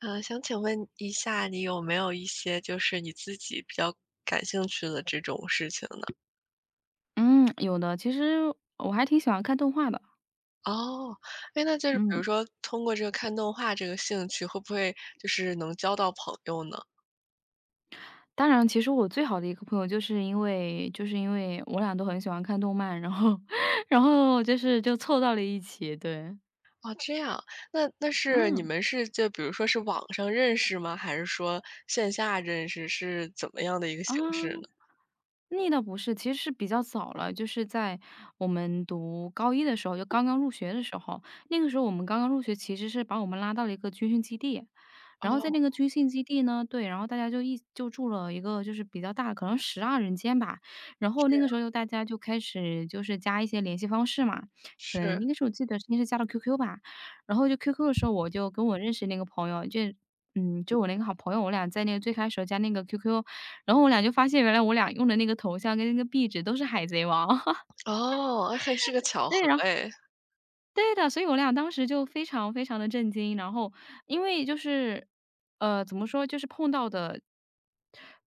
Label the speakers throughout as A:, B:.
A: 想请问一下，你有没有一些就是你自己比较感兴趣的这种事情呢？
B: 嗯，有的，其实我还挺喜欢看动画的。
A: 哦，哎，那就是比
B: 嗯，
A: 如说通过这个看动画这个兴趣，会不会就是能交到朋友呢？
B: 当然，其实我最好的一个朋友，就是因为我俩都很喜欢看动漫，然后 然后就凑到了一起。对。
A: 哦，这样，那那是你
B: 嗯。
A: 们是就比如说是网上认识吗？还是说线下认识，是怎么样的一个
B: 啊，
A: 形式呢？
B: 那倒不是，其实是比较早了，就是在我们读高一的时候，就刚刚入学的时候。那个时候我们刚刚入学，其实是把我们拉到了一个军训基地。然后在那
A: 哦，
B: 个军训基地呢，对。然后大家就住了一个就是比较大的可能12人间吧。然后那个时候就大家就开始就是加一些联系方式嘛，可能
A: 是，
B: 那个时候我记得应该是加了 QQ 吧。然后就 QQ 的时候，我就跟我认识那个朋友就就我那个好朋友，我俩在那个最开始加那个 QQ,然后我俩就发现原来我俩用的那个头像跟那个壁纸都是海贼王。
A: 哦，哎还是个巧
B: 对，
A: 合
B: 然后
A: 哎，
B: 对的，所以我俩当时就非常非常的震惊。然后因为就是，怎么说，就是碰到的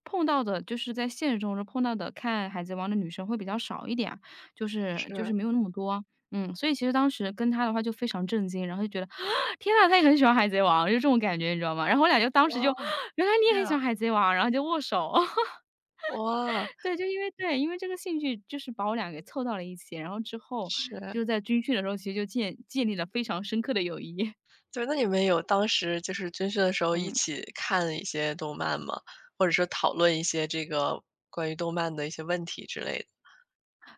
B: 碰到的就是在现实中碰到的看《海贼王》的女生会比较少一点啊，就是
A: 是，
B: 没有那么多。嗯，所以其实当时跟他的话就非常震惊，然后就觉得，天呐，他也很喜欢《海贼王》，就这种感觉，你知道吗？然后我俩就当时
A: 哦，
B: 就，原来你也
A: 这
B: 很喜欢
A: 样，
B: 《海贼王》，然后就握手。
A: 哇，
B: 对，就因为，对，因为这个兴趣就是把我俩给凑到了一起，然后之后
A: 是。
B: 就在军训的时候，其实就建立了非常深刻的友谊。
A: 对，那你们有当时就是军训的时候一
B: 嗯。
A: 起看一些动漫吗？或者说讨论一些这个关于动漫的一些问题之类的？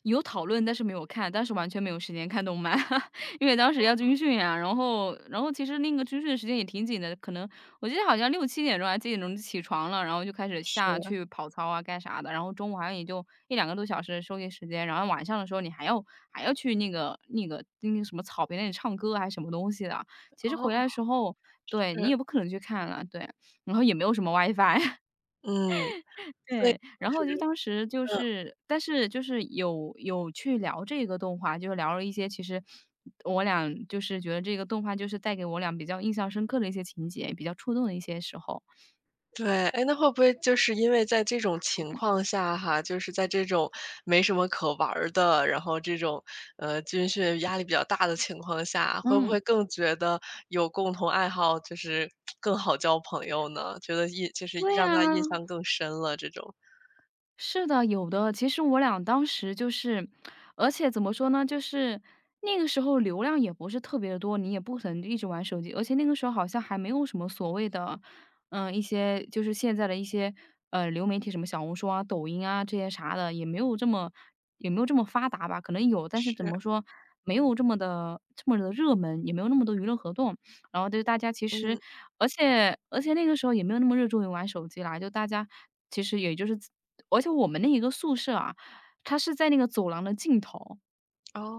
B: 有讨论，但是没有看，当时完全没有时间看动漫，因为当时要军训啊，然后其实那个军训的时间也挺紧的，可能我记得好像六七点钟还几点钟就起床了，然后就开始
A: 是，
B: 下去跑操啊，干啥的，然后中午好像也就一两个多小时的休息时间，然后晚上的时候你还要去那个什么草坪那里唱歌啊还是什么东西的。其实
A: 哦，
B: 回来的时候，对，你
A: 是，
B: 也不可能去看了，对。然后也没有什么 WiFi。
A: 嗯，所以
B: 对，
A: 当
B: 然
A: 时
B: 后就当时就
A: 嗯，
B: 是，但是就是有去聊这个动画，就是聊了一些其实我俩就是觉得这个动画就是带给我俩比较印象深刻的一些情节，比较触动的一些时候。
A: 对，哎，那会不会就是因为在这种情况下哈，就是在这种没什么可玩儿的，然后这种，军训压力比较大的情况下，会不
B: 嗯，
A: 会更觉得有共同爱好就是更好交朋友呢？觉得就是
B: 对
A: 让
B: 呀。
A: 他印象更深了这种。
B: 是的，有的。其实我俩当时就是，而且怎么说呢，就是那个时候流量也不是特别的多，你也不可能一直玩手机，而且那个时候好像还没有什么所谓的，一些就是现在的一些，流媒体什么小红书啊、抖音啊这些啥的，也没有这么，发达吧。可能有，但是怎
A: 是，
B: 么说，没有这么的热门，也没有那么多娱乐活动。然后就是大家其实，
A: 嗯，
B: 而且那个时候也没有那么热衷于玩手机啦，就大家其实也就是而且我们那一个宿舍啊，它是在那个走廊的尽头。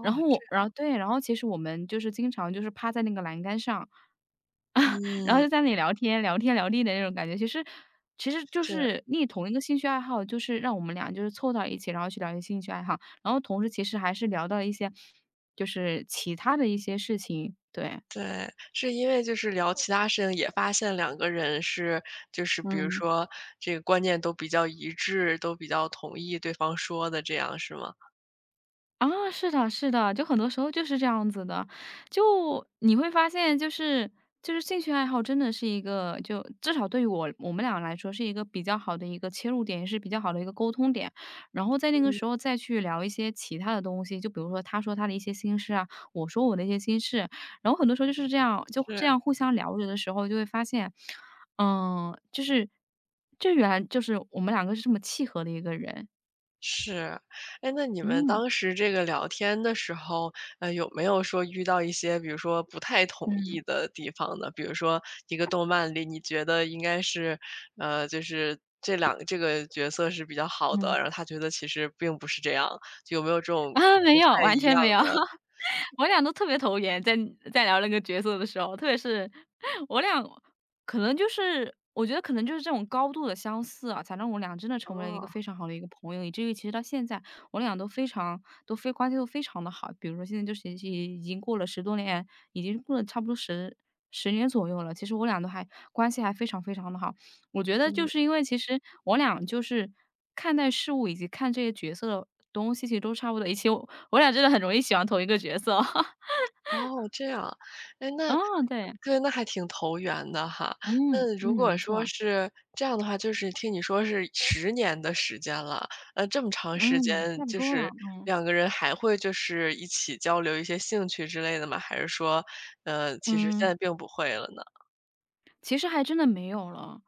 B: 然后
A: 这
B: 我然后，对，然后其实我们就是经常就是趴在那个栏杆上，然后
A: 嗯，
B: 就在那里聊天聊天聊地的那种感觉。其实就
A: 是，
B: 是你同一个兴趣爱好，就是让我们俩就是凑到一起，然后去聊一些兴趣爱好，然后同时其实还是聊到一些就是其他的一些事情，对。
A: 对，是因为就是聊其他事情也发现两个人是就是比如
B: 嗯。
A: 说这个观念都比较一致，都比较同意对方说的这样是吗？
B: 啊，是的是的，就很多时候就是这样子的。就你会发现，就是兴趣爱好真的是一个，就至少对于我们俩来说是一个比较好的一个切入点，也是比较好的一个沟通点。然后在那个
A: 嗯，
B: 时候再去聊一些其他的东西，就比如说他说他的一些心事啊，我说我的一些心事，然后很多时候就是这样，就这样
A: 是。
B: 互相聊着的时候，就会发现，就是这原来就是我们两个是这么契合的一个人。
A: 是，哎，那你们
B: 嗯
A: 当时这个聊天的时候，有没有说遇到一些，比如说不太统
B: 嗯
A: 一的地方呢？比如说一个动漫里，你觉得应该是，就是这两个这个角色是比较好的，
B: 嗯。
A: 然后他觉得其实并不是这样，就有没有这种
B: 啊，没
A: 不
B: 有，
A: 太
B: 完
A: 一
B: 全
A: 样
B: 没有。
A: 的？
B: 我俩都特别投缘，在聊那个角色的时候，特别是我俩，可能就是我觉得可能就是这种高度的相似啊，才让我俩真的成为了一个
A: 哦，
B: 非常好的一个朋友，以至于其实到现在我俩都非常，都非关系都非常的好。比如说现在就是已经过了10多年，已经过了差不多十年左右了，其实我俩都还关系还非常非常的好。我觉得就
A: 嗯。
B: 是因为其实我俩就是看待事物以及看这些角色的东西，其实都差不多。以及我俩真的很容易喜欢同一个角色。
A: 哦，这样，哎，那
B: 哦，对，
A: 对，那还挺投缘的哈。
B: 嗯，
A: 那
B: 嗯，
A: 如果
B: 没
A: 说
B: 错，
A: 是这样的话，就是听你说是十年的时间了，这么长时
B: 嗯，
A: 间，
B: 差不
A: 就
B: 多了，
A: 是
B: 嗯，
A: 两个人还会就是一起交流一些兴趣之类的吗？还是说，其实现
B: 嗯。
A: 在并不会了呢？
B: 其实还真的没有了，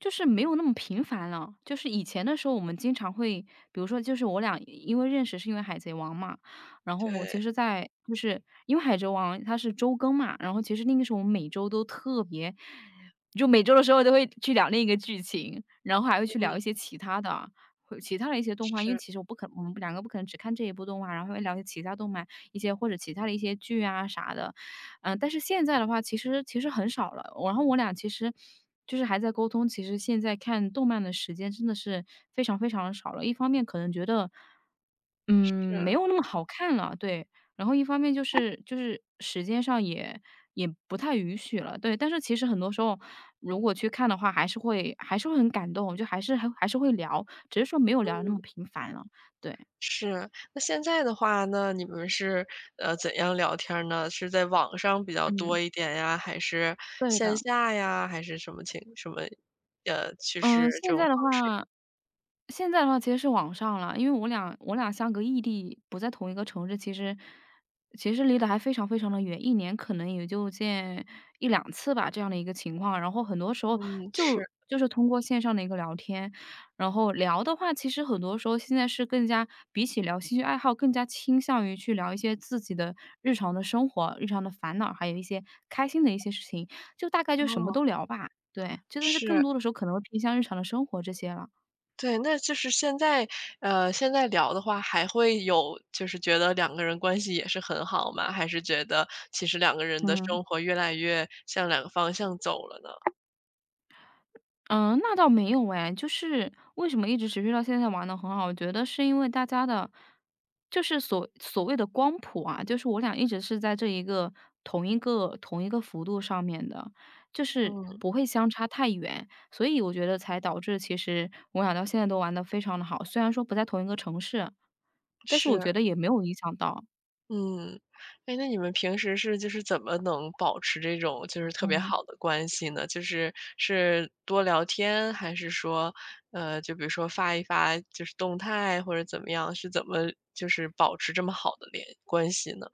B: 就是没有那么频繁了。就是以前的时候，我们经常会，比如说，就是我俩因为认识是因为《海贼王》嘛，然后我其
A: 对，
B: 实在，就是因为《海贼王》它是周更嘛，然后其实那个时候我们每周都特别，就每周的时候都会去聊那个剧情，然后还会去聊
A: 嗯，
B: 一些其他的。会其他的一些动画，因为
A: 是，
B: 其实我们两个不可能只看这一部动画，然后还会聊一些其他动漫，一些或者其他的一些剧啊啥的。嗯，但是现在的话，其实很少了。然后我俩其实就是还在沟通，其实现在看动漫的时间真的是非常非常的少了。一方面可能觉得，没
A: 是。
B: 有那么好看了，对。然后一方面就是，时间上也不太允许了，对。但是其实很多时候，如果去看的话，还是会很感动，就还是会聊，只是说没有聊得那么频繁了，对。
A: 是，那现在的话呢，你们是，怎样聊天儿呢？是在网上比较多
B: 嗯，
A: 一点呀，还是
B: 对
A: 线
B: 的。
A: 下呀，还是什么情什么，就是
B: 嗯，
A: 这
B: 现
A: 种
B: 在
A: 方
B: 的话
A: 式？
B: 现在的话其实是网上了，因为我俩相隔异地，不在同一个城市，其实离得还非常非常的远，一年可能也就见一两次吧，这样的一个情况。然后很多时候
A: 嗯，
B: 就
A: 是，
B: 就是通过线上的一个聊天，然后聊的话，其实很多时候现在是更加比起聊兴趣爱好，更加倾向于去聊一些自己的日常的生活、日常的烦恼，还有一些开心的一些事情，就大概就什么
A: 哦，
B: 都聊吧。对，就的是更
A: 是，
B: 多的时候可能会偏向日常的生活这些了。
A: 对，那就是现在现在聊的话还会有就是觉得两个人关系也是很好吗？还是觉得其实两个人的
B: 嗯。
A: 生活越来越向两个方向走了呢？
B: 嗯，那倒没有哎，就是为什么一直持续到现在玩的很好，我觉得是因为大家的，就是所谓的光谱啊，就是我俩一直是在这一个同一个幅度上面的，就是
A: 嗯，
B: 不会相差太远，所以我觉得才导致其实我俩到现在都玩的非常的好。虽然说不在同一个城市，但是我
A: 是。
B: 觉得也没有影响到。
A: 嗯，哎，那你们平时是就是怎么能保持这种就是特别
B: 嗯。
A: 好的关系呢？就是是多聊天，还是说，就比如说发一发就是动态或者怎么样，是怎么就是保持这么好的关系呢？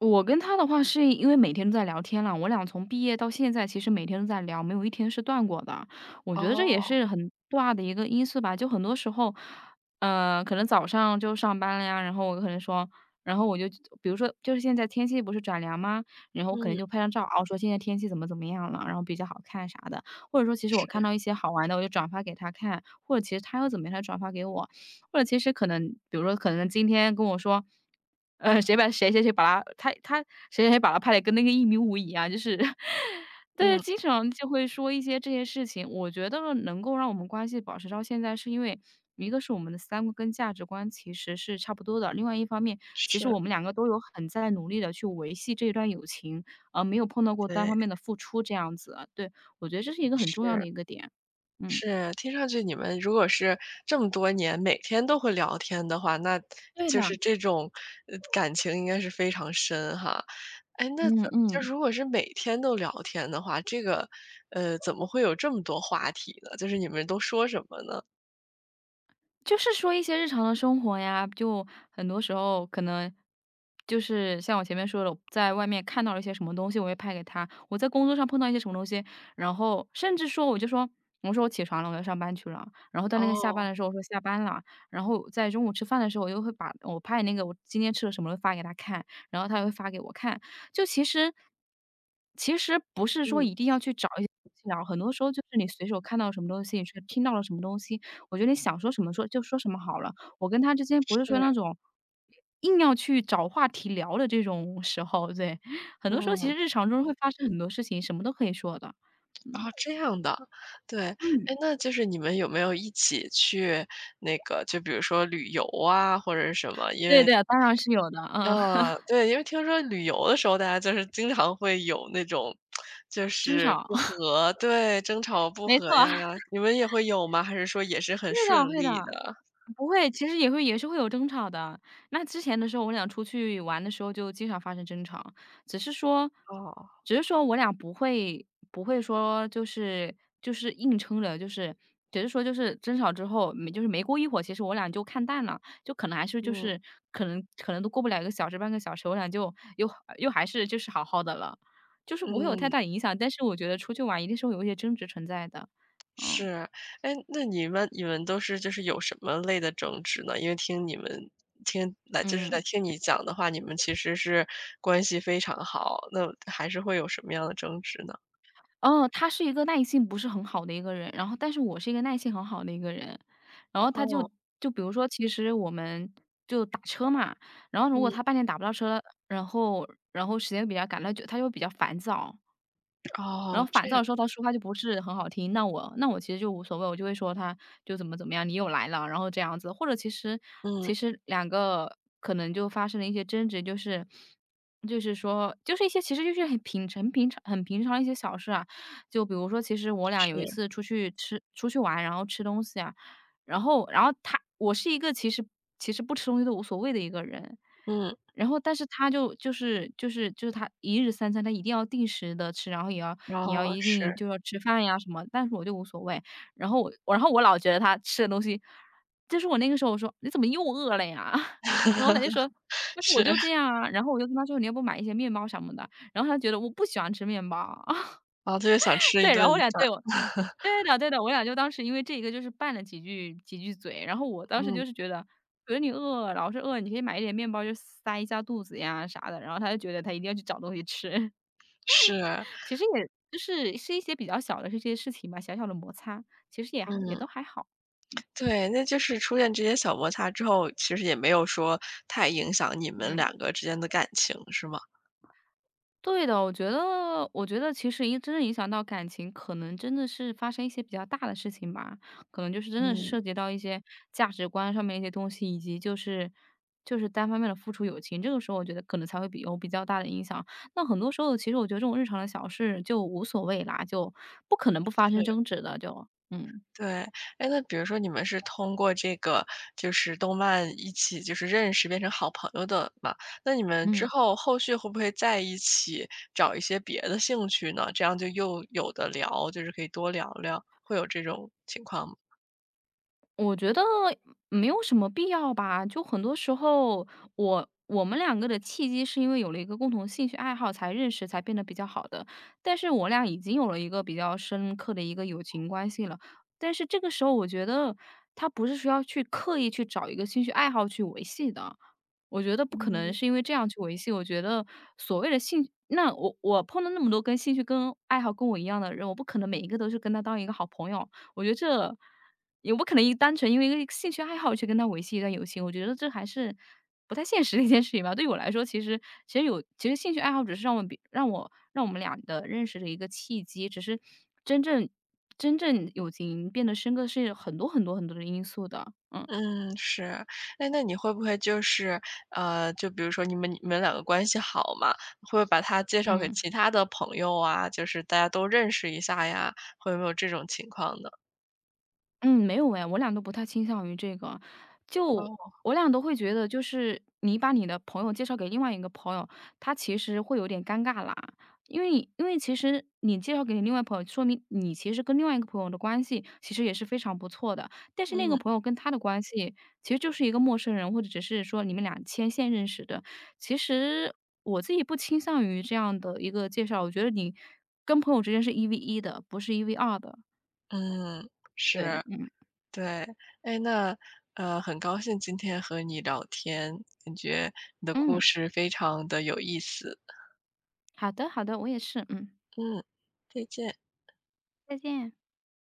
B: 我跟他的话是因为每天都在聊天了，我俩从毕业到现在，其实每天都在聊，没有一天是断过的。我觉得这
A: 哦，
B: 也是很大的一个因素吧，就很多时候，可能早上就上班了呀，然后我可能说，然后我就比如说，就是现在天气不是转凉吗？然后我可能
A: 嗯，
B: 就拍张照，哦，说现在天气怎么怎么样了，然后比较好看啥的，或者说其实我
A: 是，
B: 看到一些好玩的，我就转发给他看，或者其实他又怎么样，他转发给我，或者其实可能，比如说可能今天跟我说。谁把谁谁谁把他他他谁谁谁把他拍的跟那个1.5米一样，就是 对，
A: 嗯，
B: 经常就会说一些这些事情。我觉得能够让我们关系保持到现在，是因为一个是我们的三观跟价值观其实是差不多的，另外一方面，其实
A: 是，
B: 我们两个都有很在努力的去维系这一段友情，而没有碰到过单
A: 对，
B: 方面的付出这样子，对，我觉得这是一个很重要的
A: 是。
B: 一个点。嗯，
A: 是，听上去你们如果是这么多年每天都会聊天的话，那
B: 对的，
A: 就是这种呃感情应该是非常深哈。哎，那
B: 嗯
A: 就
B: 嗯。
A: 如果是每天都聊天的话，这个呃怎么会有这么多话题呢？就是你们都说什么呢？
B: 就是说一些日常的生活呀，就很多时候可能就是像我前面说的，在外面看到了一些什么东西，我会拍给他；我在工作上碰到一些什么东西，然后甚至说我就说，我说我起床了，我要上班去了。然后到那个下班
A: 哦，
B: 的时候，我说下班了。然后在中午吃饭的时候，我又会把我拍那个我今天吃了什么发给他看，然后他也会发给我看。就其实不是说
A: 嗯，
B: 一定要去找一些东西啊，很多时候就是你随手看到什么东西，你去听到了什么东西，我觉得你想说什么说就说什么好了。我跟他之间不是
A: 是，
B: 说那种硬要去找话题聊的这种时候，对。很多时候其实
A: 嗯，
B: 日常中会发生很多事情，什么都可以说的。
A: 哦，
B: 嗯。
A: 这样的，对，
B: 嗯。
A: 哎，那就是你们有没有一起去那个，就比如说旅游啊，或者是什么？因
B: 对
A: 为
B: 对，当然是有的，嗯，
A: 啊，对，因为听说旅游的时候，大家就是经常会有那种就
B: 争
A: 是
B: 吵，
A: 不 和，对，争吵不
B: 没错，
A: 和呀，
B: 会
A: 你们也会有吗？还是说也是很顺
B: 的会的。
A: 利的？
B: 不会，其实也会也是会有争吵的。那之前的时候，我俩出去玩的时候就经常发生争吵，只是说
A: 哦，
B: 只是说我俩不会说就是就是硬撑着，就是只是说就是争吵之后，没就是没过一会儿，其实我俩就看淡了，就可能还是就
A: 嗯，
B: 是可能都过不了一个小时、半个小时，我俩就又还是就是好好的了，就是不会有太
A: 嗯，
B: 大影响。但是我觉得出去玩一定是会有一些争执存在的，嗯。
A: 是。哎，那你们都是就是有什么类的争执呢？因为听你们听来就是在
B: 嗯。
A: 听你讲的话，你们其实是关系非常好，那还是会有什么样的争执呢？
B: 哦，他是一个耐性不是很好的一个人，然后但是我是一个耐性很好的一个人。然后
A: 哦，
B: 就比如说，其实我们就打车嘛，然后如果
A: 嗯，
B: 他半天打不到车，然后然后时间比较赶，他就比较烦躁。然后
A: 哦，
B: 烦
A: 这
B: 躁
A: 样，
B: 的时候，他说话就不是很好听，那我其实就无所谓，我就会说他就怎么怎么样，你又来了，然后这样子。或者其
A: 嗯，
B: 实两个可能就发生了一些争执，就是就是说就是一些其实就是很平常的一些小事啊。就比如说，其实我俩有一
A: 是，
B: 次出去玩，然后吃东西啊，然后我是一个其实不吃东西都无所谓的一个人，
A: 嗯。
B: 然后但是就是他一日三餐，他一定要定时的吃，然后
A: 然
B: 也要
A: 后
B: 一
A: 是，
B: 定就要吃饭呀什么，但是我就无所谓。然后我然后我老觉得他吃的东西就是我那个时候我说："你怎么又饿了呀？" 然后他就说：“但是我
A: 是，然
B: 就这样啊。"然后我就跟他说："你要不买一些面包什么的？"然后他觉得我不喜欢吃面包。
A: 后特别想吃一
B: 对，然
A: 顿
B: 后我俩
A: 饭。
B: 对 对的对的，我俩就当时因为这个就是拌了几句嘴，然后我当时
A: 嗯，
B: 就是觉得，觉得你饿，老是饿，你可以买一点面包就塞一下肚子呀啥的，然后他就觉得他一定要去找东西吃。
A: 是，
B: 其实也就是是一些比较小的这些事情吧，小小的摩擦，其实也也
A: 嗯，
B: 都还好。嗯。
A: 对，那就是出现这些小摩擦之后，其实也没有说太影响你们
B: 嗯
A: 两个之间的感情，是吗？
B: 对的，我觉得其实真正影响到感情，可能真的是发生一些比较大的事情吧，可能就是真的是
A: 嗯，
B: 涉及到一些价值观上面一些东西，以及就是单方面的付出友情，这个时候我觉得可能才会有比较大的影响。那很多时候其实我觉得这种日常的小事就无所谓啦，就不可能不发生
A: 对，
B: 争执的，就，嗯。
A: 对。哎，那比如说你们是通过这个就是动漫一起就是认识变成好朋友的嘛，那你们之
B: 嗯。
A: 后后续会不会在一起找一些别的兴趣呢？这样就又有的聊，就是可以多聊聊，会有这种情况吗？
B: 我觉得没有什么必要吧，就很多时候我们两个的契机是因为有了一个共同兴趣爱好才认识，才变得比较好的。但是我俩已经有了一个比较深刻的一个友情关系了，但是这个时候我觉得他不是说要去刻意去找一个兴趣爱好去维系的，我觉得不可能
A: 嗯
B: 是因为这样去维系。我觉得所谓的兴那我碰到那么多跟兴趣跟爱好跟我一样的人，我不可能每一个都是跟他当一个好朋友。我觉得这也不可能单纯因为一个兴趣爱好去跟他维系一段友情，我觉得这还是不太现实的一件事情吧。对我来说，其实其实有其实兴趣爱好只是让让让我们俩的认识的一个契机，只是真正真正友情变得深刻是很多很多很多的因素的，嗯。
A: 嗯，是。哎，那你会不会就是，就比如说你们两个关系好嘛，会不会把他介绍给
B: 嗯。
A: 其他的朋友啊，就是大家都认识一下呀，会不会有这种情况呢？
B: 嗯，没有哎，我俩都不太倾向于这个。就
A: 哦，
B: 我俩都会觉得，就是你把你的朋友介绍给另外一个朋友，他其实会有点尴尬啦。因为其实你介绍给你另外朋友，说明你其实跟另外一个朋友的关系其实也是非常不错的。但是那个
A: 嗯
B: 朋友跟他的关系，其实就是一个陌生人，或者只是说你们俩牵线认识的。其实我自己不倾向于这样的一个介绍，我觉得你跟朋友之间是1v1的，不是1v2的。
A: 嗯，
B: 对，
A: 是，
B: 嗯
A: 对。哎，那很高兴今天和你聊天，感觉你的故
B: 嗯。
A: 事非常的有意思。
B: 好的，好的，我也是，嗯，
A: 嗯，再见。
B: 再见。